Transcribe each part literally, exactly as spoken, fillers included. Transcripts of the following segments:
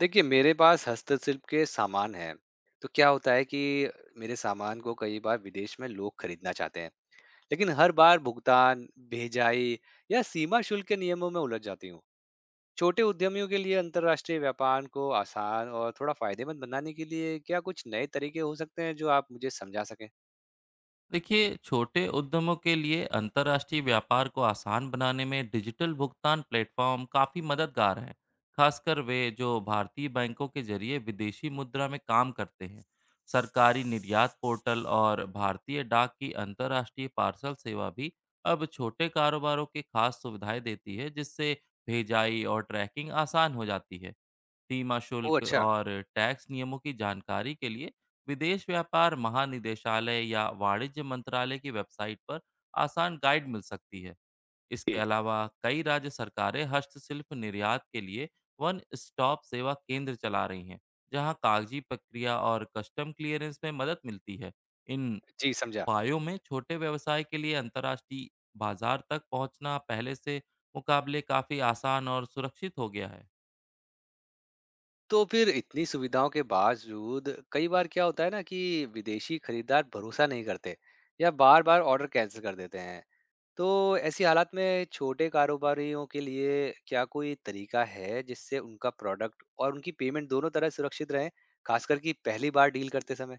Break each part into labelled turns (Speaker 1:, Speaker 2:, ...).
Speaker 1: देखिए, मेरे पास हस्तशिल्प के सामान हैं, तो क्या होता है कि मेरे सामान को कई बार विदेश में लोग खरीदना चाहते हैं, लेकिन हर बार भुगतान, भेजाई या सीमा शुल्क के नियमों में उलझ जाती हूँ। छोटे उद्यमियों के लिए अंतर्राष्ट्रीय व्यापार को आसान और थोड़ा फायदेमंद बनाने के लिए क्या कुछ नए तरीके हो सकते हैं जो आप मुझे समझा सकें?
Speaker 2: देखिए छोटे उद्यमों के लिए अंतर्राष्ट्रीय व्यापार को आसान बनाने में डिजिटल भुगतान प्लेटफॉर्म काफ़ी मददगार हैं। खासकर वे जो भारतीय बैंकों के जरिए विदेशी मुद्रा में काम करते हैं। सरकारी निर्यात पोर्टल और भारतीय डाक की अंतर्राष्ट्रीय पार्सल सेवा भी अब छोटे कारोबारों की खास सुविधाएं देती है, जिससे भेजाई और ट्रैकिंग आसान हो जाती है। सीमा
Speaker 1: ओह
Speaker 2: शुल्क
Speaker 1: अच्छा!
Speaker 2: और टैक्स नियमों की जानकारी के लिए विदेश व्यापार महानिदेशालय या वाणिज्य मंत्रालय की वेबसाइट पर आसान गाइड मिल सकती है। इसके
Speaker 1: जी।
Speaker 2: अलावा, कई राज्य सरकारें हस्तशिल्प निर्यात के लिए वन स्टॉप सेवा केंद्र चला रही हैं, जहां कागजी प्रक्रिया और कस्टम क्लियरेंस में मदद मिलती है। इन
Speaker 1: जी, समझा।
Speaker 2: उपायों में छोटे व्यवसाय के लिए अंतर्राष्ट्रीय बाजार तक पहुंचना पहले से मुकाबले काफ़ी आसान और सुरक्षित हो गया है।
Speaker 1: तो फिर इतनी सुविधाओं के बावजूद कई बार क्या होता है ना कि विदेशी खरीदार भरोसा नहीं करते या बार बार ऑर्डर कैंसिल कर देते हैं, तो ऐसी हालात में छोटे कारोबारियों के लिए क्या कोई तरीका है जिससे उनका प्रोडक्ट और उनकी पेमेंट दोनों तरह सुरक्षित रहें, खासकर कि पहली बार डील करते समय।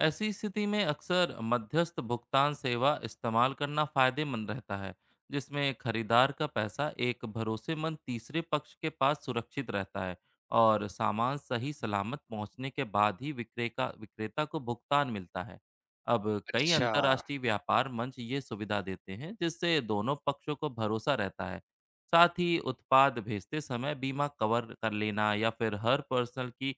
Speaker 2: ऐसी स्थिति में अक्सर मध्यस्थ भुगतान सेवा इस्तेमाल करना फायदेमंद रहता है, जिसमें खरीदार का पैसा एक भरोसेमंद तीसरे पक्ष के पास सुरक्षित रहता है और सामान सही सलामत पहुंचने के बाद ही विक्रेता विक्रेता को भुगतान मिलता है। अब कई
Speaker 1: अच्छा।
Speaker 2: अंतर्राष्ट्रीय व्यापार मंच ये सुविधा देते हैं, जिससे दोनों पक्षों को भरोसा रहता है। साथ ही उत्पाद भेजते समय बीमा कवर कर लेना या फिर हर पर्सनल की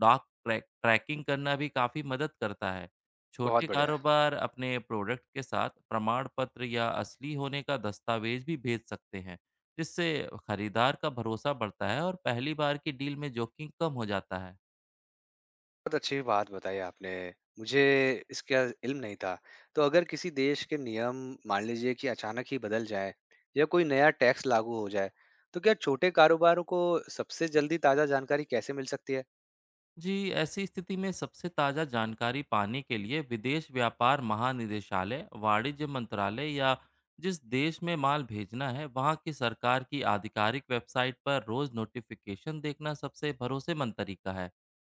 Speaker 2: डॉग ट्रैक ट्रैकिंग करना भी काफ़ी मदद करता है। छोटे
Speaker 1: बहुत बढ़िया।
Speaker 2: कारोबार अपने प्रोडक्ट के साथ प्रमाण पत्र या असली होने का दस्तावेज़ भी भेज सकते हैं, जिससे खरीदार का भरोसा बढ़ता है और पहली बार की डील में जोखिम कम हो जाता है।
Speaker 1: बहुत अच्छी बात बताई आपने। मुझे इसका इल्म नहीं था। तो अगर किसी देश के नियम मान लीजिए कि अचानक ही बदल जाएँ या कोई नया टैक्स लागू हो जाए, तो क्या छोटे कारोबारों को सबसे जल्दी ताज़ा जानकारी कैसे मिल सकती है?
Speaker 2: जी, ऐसी स्थिति में सबसे ताज़ा जानकारी पाने के लिए विदेश व्यापार महानिदेशालय, वाणिज्य मंत्रालय या जिस देश में माल भेजना है, वहाँ की सरकार की आधिकारिक वेबसाइट पर रोज़ नोटिफ़िकेशन देखना सबसे भरोसेमंद तरीका है।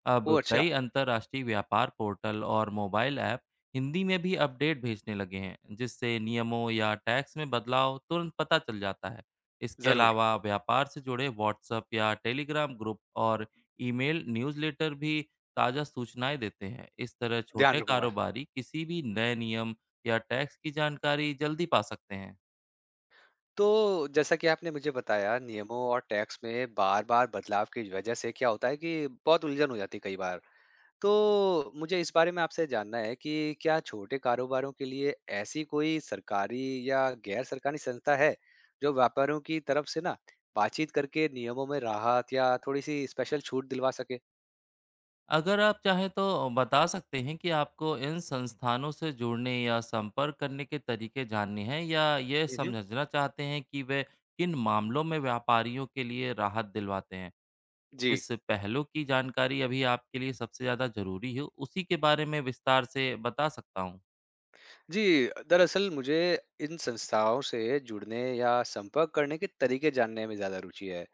Speaker 2: अब
Speaker 1: ओह अच्छा,
Speaker 2: कई अंतर्राष्ट्रीय व्यापार पोर्टल और मोबाइल ऐप हिंदी में भी अपडेट भेजने लगे हैं, जिससे नियमों या टैक्स में बदलाव तुरंत पता चल जाता है। इसके
Speaker 1: ज़रूर,
Speaker 2: अलावा, व्यापार से जुड़े व्हाट्सएप या टेलीग्राम ग्रुप और ईमेल न्यूज़लेटर भी ताज़ा सूचनाएं देते हैं। इस तरह
Speaker 1: ध्यान
Speaker 2: छोटे
Speaker 1: रखूँगा।
Speaker 2: कारोबारी किसी भी नए नियम या टैक्स की जानकारी जल्दी पा सकते हैं।
Speaker 1: तो जैसा कि आपने मुझे बताया, नियमों और टैक्स में बार-बार बदलाव की वज़ह से क्या होता है कि बहुत उलझन हो जाती है कई बार। तो मुझे इस बारे में आपसे जानना है कि क्या छोटे कारोबारों के लिए ऐसी कोई सरकारी या गैर सरकारी संस्था है जो व्यापारियों की तरफ से ना बातचीत करके नियमों में राहत या थोड़ी सी स्पेशल छूट दिलवा सके।
Speaker 2: अगर आप चाहें तो बता सकते हैं कि आपको इन संस्थानों से जुड़ने या संपर्क करने के तरीके जानने हैं या ये
Speaker 1: मम्म,
Speaker 2: समझना चाहते हैं कि वे किन मामलों में व्यापारियों के लिए राहत दिलवाते हैं।
Speaker 1: जी।
Speaker 2: इस पहलू की जानकारी अभी आपके लिए सबसे ज़्यादा ज़रूरी हो, उसी के बारे में विस्तार से बता सकता हूँ।
Speaker 1: जी, दरअसल मुझे इन संस्थाओं से जुड़ने या संपर्क करने के तरीके जानने में ज़्यादा रुचि है।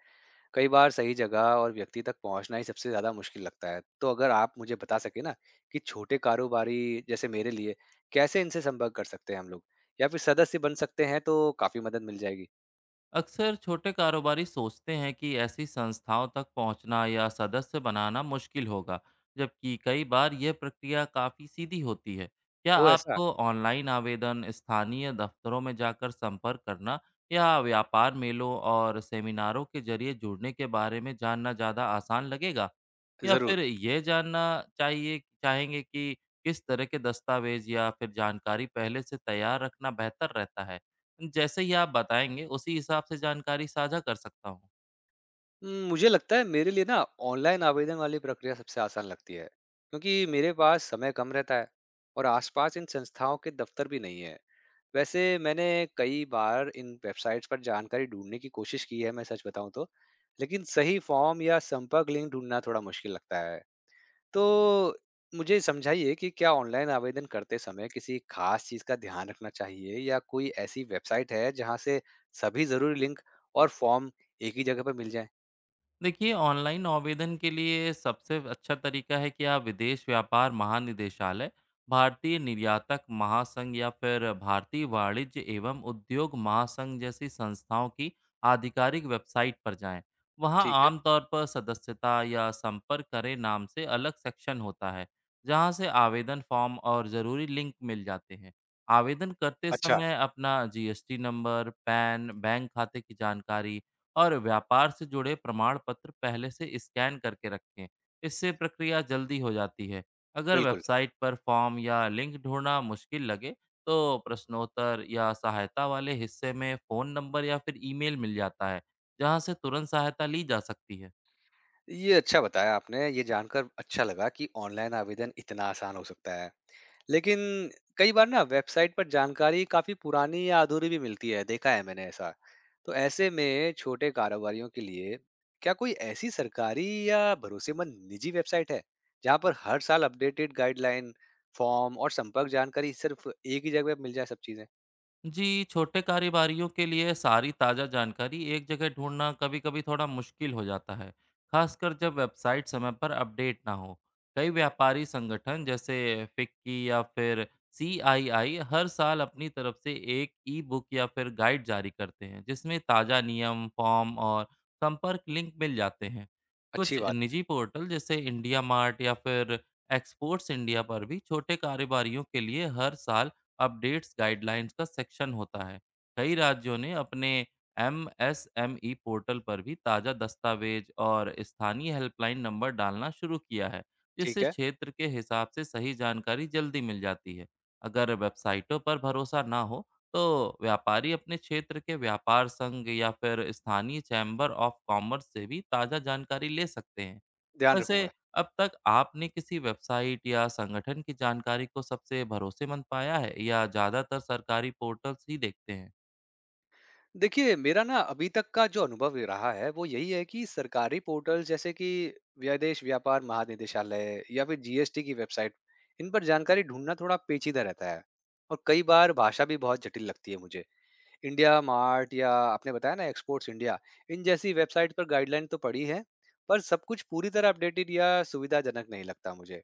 Speaker 1: कई बार सही जगह और व्यक्ति तक पहुंचना ही सबसे ज्यादा मुश्किल लगता है, तो अगर आप मुझे बता सके ना कि छोटे कारोबारी जैसे मेरे लिए कैसे इनसे संपर्क कर सकते हैं हम लोग या फिर सदस्य बन सकते हैं, तो काफी मदद मिल जाएगी।
Speaker 2: अक्सर छोटे कारोबारी सोचते हैं कि ऐसी संस्थाओं तक पहुंचना या सदस्य बनाना मुश्किल होगा, जबकि कई बार यह प्रक्रिया काफ़ी सीधी होती है। क्या
Speaker 1: ओ ऐसा।
Speaker 2: आपको ऑनलाइन आवेदन, स्थानीय दफ्तरों में जाकर संपर्क करना या व्यापार मेलों और सेमिनारों के जरिए जुड़ने के बारे में जानना ज़्यादा आसान लगेगा? या फिर
Speaker 1: जरूर।
Speaker 2: ये जानना चाहिए चाहेंगे कि किस तरह के दस्तावेज या फिर जानकारी पहले से तैयार रखना बेहतर रहता है? जैसे ही आप बताएँगे, उसी हिसाब से जानकारी साझा कर सकता हूँ।
Speaker 1: हम्म, मुझे लगता है मेरे लिए ना ऑनलाइन आवेदन वाली प्रक्रिया सबसे आसान लगती है क्योंकि मेरे पास समय कम रहता है और आसपास इन संस्थाओं के दफ्तर भी नहीं है। वैसे मैंने कई बार इन वेबसाइट्स पर जानकारी ढूंढने की कोशिश की है, मैं सच बताऊं तो, लेकिन सही फॉर्म या संपर्क लिंक ढूंढना थोड़ा मुश्किल लगता है। तो मुझे समझाइए कि क्या ऑनलाइन आवेदन करते समय किसी खास चीज का ध्यान रखना चाहिए या कोई ऐसी वेबसाइट है जहां से सभी जरूरी लिंक और फॉर्म एक ही जगह पर मिल जाए।
Speaker 2: देखिए, ऑनलाइन आवेदन के लिए सबसे अच्छा तरीका है कि आप विदेश व्यापार महानिदेशालय, भारतीय निर्यातक महासंघ या फिर भारतीय वाणिज्य एवं उद्योग महासंघ जैसी संस्थाओं की आधिकारिक वेबसाइट पर जाएं। वहां
Speaker 1: ठीक है।
Speaker 2: आमतौर पर सदस्यता या संपर्क करें नाम से अलग सेक्शन होता है, जहां से आवेदन फॉर्म और ज़रूरी लिंक मिल जाते हैं। आवेदन करते
Speaker 1: अच्छा।
Speaker 2: समय अपना जीएसटी नंबर, पैन, बैंक खाते की जानकारी और व्यापार से जुड़े प्रमाण पत्र पहले से स्कैन करके रखें। इससे प्रक्रिया जल्दी हो जाती है। अगर
Speaker 1: बिल्कुल।
Speaker 2: वेबसाइट पर फॉर्म या लिंक ढूंढना मुश्किल लगे तो प्रश्नोत्तर या सहायता वाले हिस्से में फ़ोन नंबर या फिर ईमेल मिल जाता है, जहां से तुरंत सहायता ली जा सकती है।
Speaker 1: ये अच्छा बताया आपने, ये जानकर अच्छा लगा कि ऑनलाइन आवेदन इतना आसान हो सकता है। लेकिन कई बार ना वेबसाइट पर जानकारी काफ़ी पुरानी या अधूरी भी मिलती है, देखा है मैंने ऐसा। तो ऐसे में छोटे कारोबारियों के लिए क्या कोई ऐसी सरकारी या भरोसेमंद निजी वेबसाइट है, जहाँ पर हर साल अपडेटेड गाइडलाइन, फॉर्म और संपर्क जानकारी सिर्फ एक ही जगह पे मिल जाए सब चीज़ें?
Speaker 2: जी, छोटे कारोबारियों के लिए सारी ताज़ा जानकारी एक जगह ढूंढना कभी-कभी थोड़ा मुश्किल हो जाता है, खासकर जब वेबसाइट समय पर अपडेट ना हो। कई व्यापारी संगठन जैसे फिक्की या फिर सीआईआई हर साल अपनी तरफ से एक ई-बुक या फिर गाइड जारी करते हैं, जिसमें ताज़ा नियम, फॉर्म और संपर्क लिंक मिल जाते हैं।
Speaker 1: अच्छी
Speaker 2: कुछ
Speaker 1: बात।
Speaker 2: निजी पोर्टल जैसे इंडिया मार्ट या फिर एक्सपोर्ट्स इंडिया पर भी छोटे कारोबारियों के लिए हर साल अपडेट्स गाइडलाइंस का सेक्शन होता है। कई राज्यों ने अपने M S M E portal पर भी ताज़ा दस्तावेज और स्थानीय हेल्पलाइन नंबर डालना शुरू किया है,
Speaker 1: ठीक
Speaker 2: जिससे
Speaker 1: है,
Speaker 2: क्षेत्र के हिसाब से सही जानकारी जल्दी मिल जाती है। अगर वेबसाइटों पर भरोसा ना हो तो व्यापारी अपने क्षेत्र के व्यापार संघ या फिर स्थानीय चैम्बर ऑफ कॉमर्स से भी ताज़ा जानकारी ले सकते हैं।
Speaker 1: ध्यान
Speaker 2: वैसे
Speaker 1: रखूँगा।
Speaker 2: अब तक आपने किसी वेबसाइट या संगठन की जानकारी को सबसे भरोसेमंद पाया है या ज़्यादातर सरकारी पोर्टल्स ही देखते हैं?
Speaker 1: देखिए, मेरा ना अभी तक का जो अनुभव ये रहा है, वो यही है कि सरकारी पोर्टल जैसे कि विदेश व्यापार महानिदेशालय या फिर जीएसटी की वेबसाइट, इन पर जानकारी ढूँढना थोड़ा पेचीदा रहता है और कई बार भाषा भी बहुत जटिल लगती है मुझे। इंडिया मार्ट या आपने बताया ना एक्सपोर्ट्स इंडिया, इन जैसी वेबसाइट पर गाइडलाइन तो पढ़ी है, पर सब कुछ पूरी तरह अपडेटेड या सुविधाजनक नहीं लगता मुझे।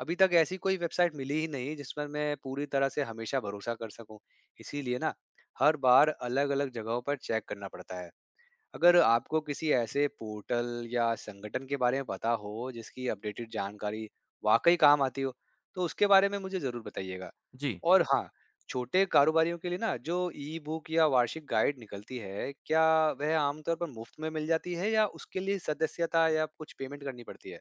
Speaker 1: अभी तक ऐसी कोई वेबसाइट मिली ही नहीं जिस पर मैं पूरी तरह से हमेशा भरोसा कर सकूं। इसीलिए ना हर बार अलग-अलग जगहों पर चेक करना पड़ता है। अगर आपको किसी ऐसे पोर्टल या संगठन के बारे में पता हो जिसकी अपडेटेड जानकारी वाकई काम आती हो, तो उसके बारे में मुझे ज़रूर बताइएगा।
Speaker 2: जी।
Speaker 1: और हाँ, छोटे कारोबारियों के लिए ना जो ई-बुक या वार्षिक गाइड निकलती है, क्या वह आमतौर पर मुफ्त में मिल जाती है या उसके लिए सदस्यता या कुछ पेमेंट करनी पड़ती है?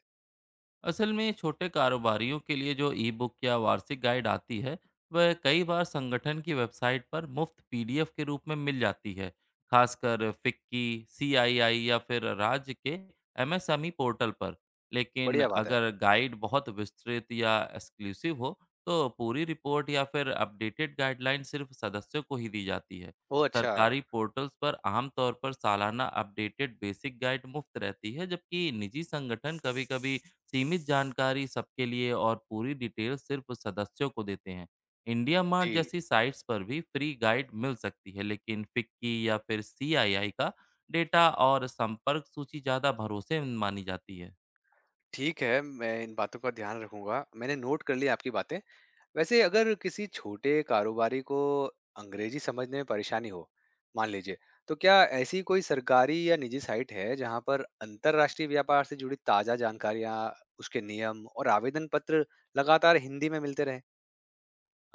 Speaker 2: असल में छोटे कारोबारियों के लिए जो ई बुक या वार्षिक गाइड आती है, वह कई बार संगठन की वेबसाइट पर मुफ्त पीडीएफ के रूप में मिल जाती है, खासकर फिक्की, सीआईआई या फिर राज्य के एमएसएमई पोर्टल पर। लेकिन
Speaker 1: बढ़िया बात है।
Speaker 2: अगर गाइड बहुत विस्तृत या एक्सक्लूसिव हो तो पूरी रिपोर्ट या फिर अपडेटेड गाइडलाइन सिर्फ सदस्यों को ही दी जाती है।
Speaker 1: ओह अच्छा!
Speaker 2: सरकारी पोर्टल्स पर आमतौर पर सालाना अपडेटेड बेसिक गाइड मुफ्त रहती है, जबकि निजी संगठन कभी-कभी सीमित जानकारी सबके लिए और पूरी डिटेल सिर्फ सदस्यों को देते हैं। इंडिया मार्ट
Speaker 1: जी।
Speaker 2: जैसी साइट्स पर भी फ्री गाइड मिल सकती है, लेकिन फिक्की या फिर सीआईआई का डेटा और संपर्क सूची ज़्यादा भरोसे मानी जाती है।
Speaker 1: ठीक है, मैं इन बातों का ध्यान रखूँगा। मैंने नोट कर लिया आपकी बातें। वैसे अगर किसी छोटे कारोबारी को अंग्रेजी समझने में परेशानी हो, मान लीजिए, तो क्या ऐसी कोई सरकारी या निजी साइट है जहाँ पर अंतर्राष्ट्रीय व्यापार से जुड़ी ताज़ा जानकारियाँ, उसके नियम और आवेदन पत्र लगातार हिंदी में मिलते रहें?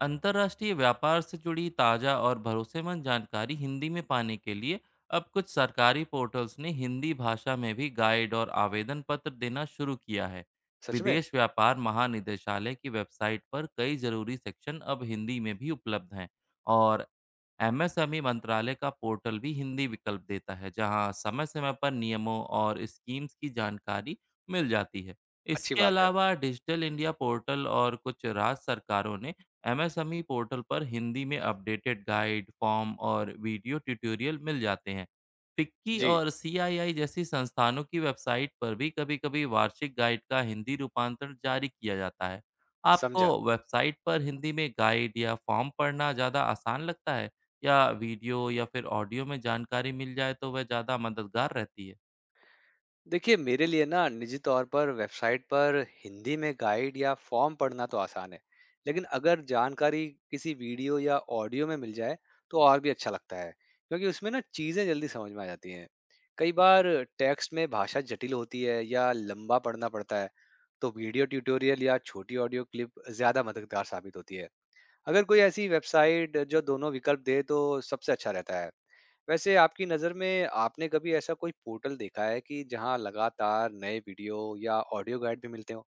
Speaker 2: अंतर्राष्ट्रीय व्यापार से जुड़ी ताज़ा और भरोसेमंद जानकारी हिंदी में पाने के लिए अब कुछ सरकारी पोर्टल्स ने हिंदी भाषा में भी गाइड और आवेदन पत्र देना शुरू किया है।
Speaker 1: सच में?
Speaker 2: विदेश व्यापार महानिदेशालय की वेबसाइट पर कई ज़रूरी सेक्शन अब हिंदी में भी उपलब्ध हैं और एमएसएमई मंत्रालय का पोर्टल भी हिंदी विकल्प देता है, जहां समय समय पर नियमों और स्कीम्स की जानकारी मिल जाती है।
Speaker 1: अच्छी
Speaker 2: इसके
Speaker 1: बात है।
Speaker 2: अलावा डिजिटल इंडिया पोर्टल और कुछ राज्य सरकारों ने एमएसएमई पोर्टल पर हिंदी में अपडेटेड गाइड फॉर्म और वीडियो ट्यूटोरियल मिल जाते हैं। फिक्की
Speaker 1: जी,
Speaker 2: और सीआईआई जैसी संस्थानों की वेबसाइट पर भी कभी कभी वार्षिक गाइड का हिंदी रूपांतरण जारी किया जाता है। आपको
Speaker 1: समझा।
Speaker 2: वेबसाइट पर हिंदी में गाइड या फॉर्म पढ़ना ज़्यादा आसान लगता है या वीडियो या फिर ऑडियो में जानकारी मिल जाए तो वह ज़्यादा मददगार रहती है।
Speaker 1: देखिए, मेरे लिए ना निजी तौर पर वेबसाइट पर हिंदी में गाइड या फॉर्म पढ़ना तो आसान है, लेकिन अगर जानकारी किसी वीडियो या ऑडियो में मिल जाए तो और भी अच्छा लगता है क्योंकि उसमें ना चीज़ें जल्दी समझ में आ जाती हैं। कई बार टेक्स्ट में भाषा जटिल होती है या लंबा पढ़ना पड़ता है, तो वीडियो ट्यूटोरियल या छोटी ऑडियो क्लिप ज़्यादा मददगार साबित होती है। अगर कोई ऐसी वेबसाइट जो दोनों विकल्प दे तो सबसे अच्छा रहता है। वैसे आपकी नज़र में आपने कभी ऐसा कोई पोर्टल देखा है कि जहाँ लगातार नए वीडियो या ऑडियो गाइड भी मिलते हो?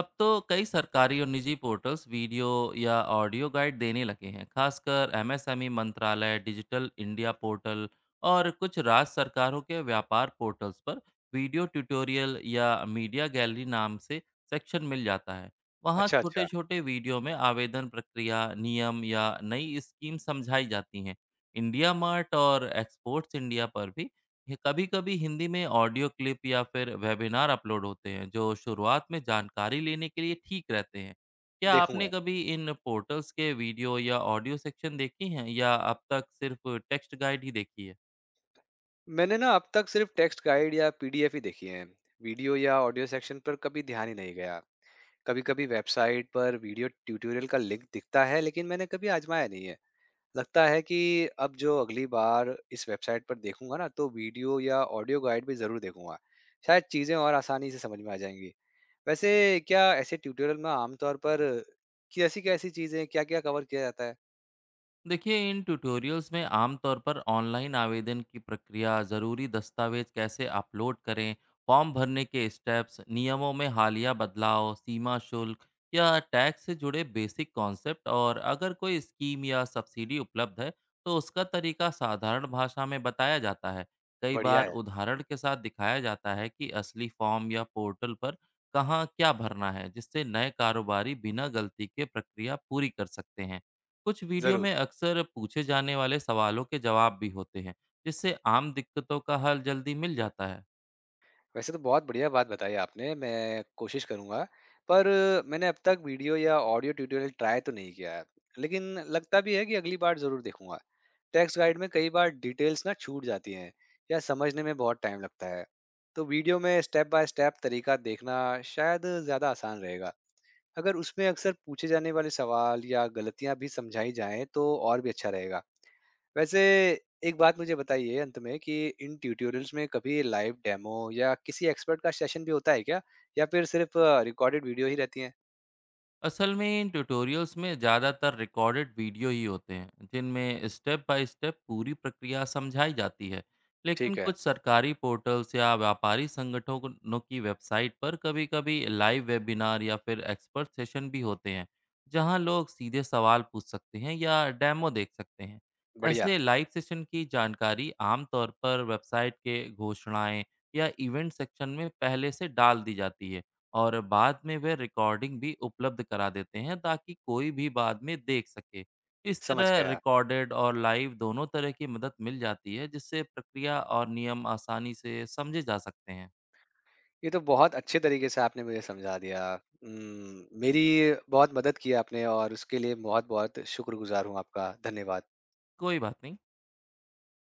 Speaker 2: अब तो कई सरकारी और निजी पोर्टल्स वीडियो या ऑडियो गाइड देने लगे हैं, खासकर एमएसएमई मंत्रालय, डिजिटल इंडिया पोर्टल और कुछ राज्य सरकारों के व्यापार पोर्टल्स पर वीडियो ट्यूटोरियल या मीडिया गैलरी नाम से सेक्शन मिल जाता है। वहाँ
Speaker 1: अच्छा, अच्छा,
Speaker 2: छोटे-छोटे वीडियो में आवेदन प्रक्रिया, नियम या नई स्कीम समझाई जाती हैं। इंडिया मार्ट और एक्सपोर्ट्स इंडिया पर भी ये कभी-कभी हिंदी में ऑडियो क्लिप या फिर वेबिनार अपलोड होते हैं, जो शुरुआत में जानकारी लेने के लिए ठीक रहते हैं। क्या आपने
Speaker 1: देखूँगा।
Speaker 2: कभी इन पोर्टल्स के वीडियो या ऑडियो सेक्शन देखी हैं या अब तक सिर्फ टेक्स्ट गाइड ही देखी है?
Speaker 1: मैंने ना अब तक सिर्फ टेक्स्ट गाइड या पीडीएफ ही देखी हैं। वीडियो या ऑडियो सेक्शन पर कभी ध्यान ही नहीं गया। कभी-कभी वेबसाइट पर वीडियो ट्यूटोरियल का लिंक दिखता है, लेकिन मैंने कभी आजमाया नहीं है। लगता है कि अब जो अगली बार इस वेबसाइट पर देखूँगा ना, तो वीडियो या ऑडियो गाइड भी ज़रूर देखूँगा। शायद चीज़ें और आसानी से समझ में आ जाएँगी। वैसे क्या ऐसे ट्यूटोरियल में आमतौर पर कि ऐसी क्या ऐसी चीजें क्या क्या कवर किया जाता है?
Speaker 2: देखिए, इन ट्यूटोरियल्स में आमतौर पर ऑनलाइन आवेदन की प्रक्रिया, ज़रूरी दस्तावेज कैसे अपलोड करें, फॉर्म भरने के स्टेप्स, नियमों में हालिया बदलाव, सीमा शुल्क या टैक्स से जुड़े बेसिक कॉन्सेप्ट और अगर कोई स्कीम या सब्सिडी उपलब्ध है तो उसका तरीका साधारण भाषा में बताया जाता है। कई
Speaker 1: बढ़िया
Speaker 2: बार
Speaker 1: है।
Speaker 2: उदाहरण के साथ दिखाया जाता है कि असली फॉर्म या पोर्टल पर कहाँ क्या भरना है, जिससे नए कारोबारी बिना गलती के प्रक्रिया पूरी कर सकते हैं। कुछ वीडियो में
Speaker 1: जरूर।
Speaker 2: अक्सर पूछे जाने वाले सवालों के जवाब भी होते हैं, जिससे आम दिक्कतों का हल जल्दी मिल जाता है।
Speaker 1: वैसे तो बहुत बढ़िया बात बताई आपने, मैं कोशिश करूंगा, पर मैंने अब तक वीडियो या ऑडियो ट्यूटोरियल ट्राई तो नहीं किया है, लेकिन लगता भी है कि अगली बार जरूर देखूंगा। टेक्स्ट गाइड में कई बार डिटेल्स ना छूट जाती हैं या समझने में बहुत टाइम लगता है, तो वीडियो में स्टेप बाय स्टेप तरीका देखना शायद ज्यादा आसान रहेगा। अगर उसमें अक्सर पूछे जाने वाले सवाल या गलतियां भी समझाई जाएं तो और भी अच्छा रहेगा। वैसे एक बात मुझे बताइए अंत में कि इन ट्यूटोरियल्स में कभी लाइव डेमो या किसी एक्सपर्ट का सेशन भी होता है क्या? या फिर सिर्फ रिकॉर्डेड वीडियो ही रहती हैं?
Speaker 2: असल में इन ट्यूटोरियल्स में ज़्यादातर रिकॉर्डेड वीडियो ही होते हैं, जिनमें स्टेप बाय स्टेप पूरी प्रक्रिया समझाई जाती है। लेकिन
Speaker 1: ठीक है,
Speaker 2: कुछ सरकारी पोर्टल्स या व्यापारी संगठनों की वेबसाइट पर कभी-कभी लाइव वेबिनार या फिर एक्सपर्ट सेशन भी होते हैं, जहां लोग सीधे सवाल पूछ सकते हैं या डेमो देख सकते हैं।
Speaker 1: बढ़िया,
Speaker 2: ऐसे लाइव सेशन की जानकारी आमतौर पर वेबसाइट के घोषणाएं या इवेंट सेक्शन में पहले से डाल दी जाती है और बाद में वे रिकॉर्डिंग भी उपलब्ध करा देते हैं, ताकि कोई भी बाद में देख सके। इस
Speaker 1: समझ
Speaker 2: तरह
Speaker 1: गया।
Speaker 2: रिकॉर्डेड और लाइव दोनों तरह की मदद मिल जाती है, जिससे प्रक्रिया और नियम आसानी से समझे जा सकते हैं।
Speaker 1: ये तो बहुत अच्छे तरीके से आपने मुझे समझा दिया। उम्म, मेरी बहुत मदद की आपने और उसके लिए बहुत-बहुत शुक्रगुजार हूँ आपका। धन्यवाद।
Speaker 2: कोई बात नहीं।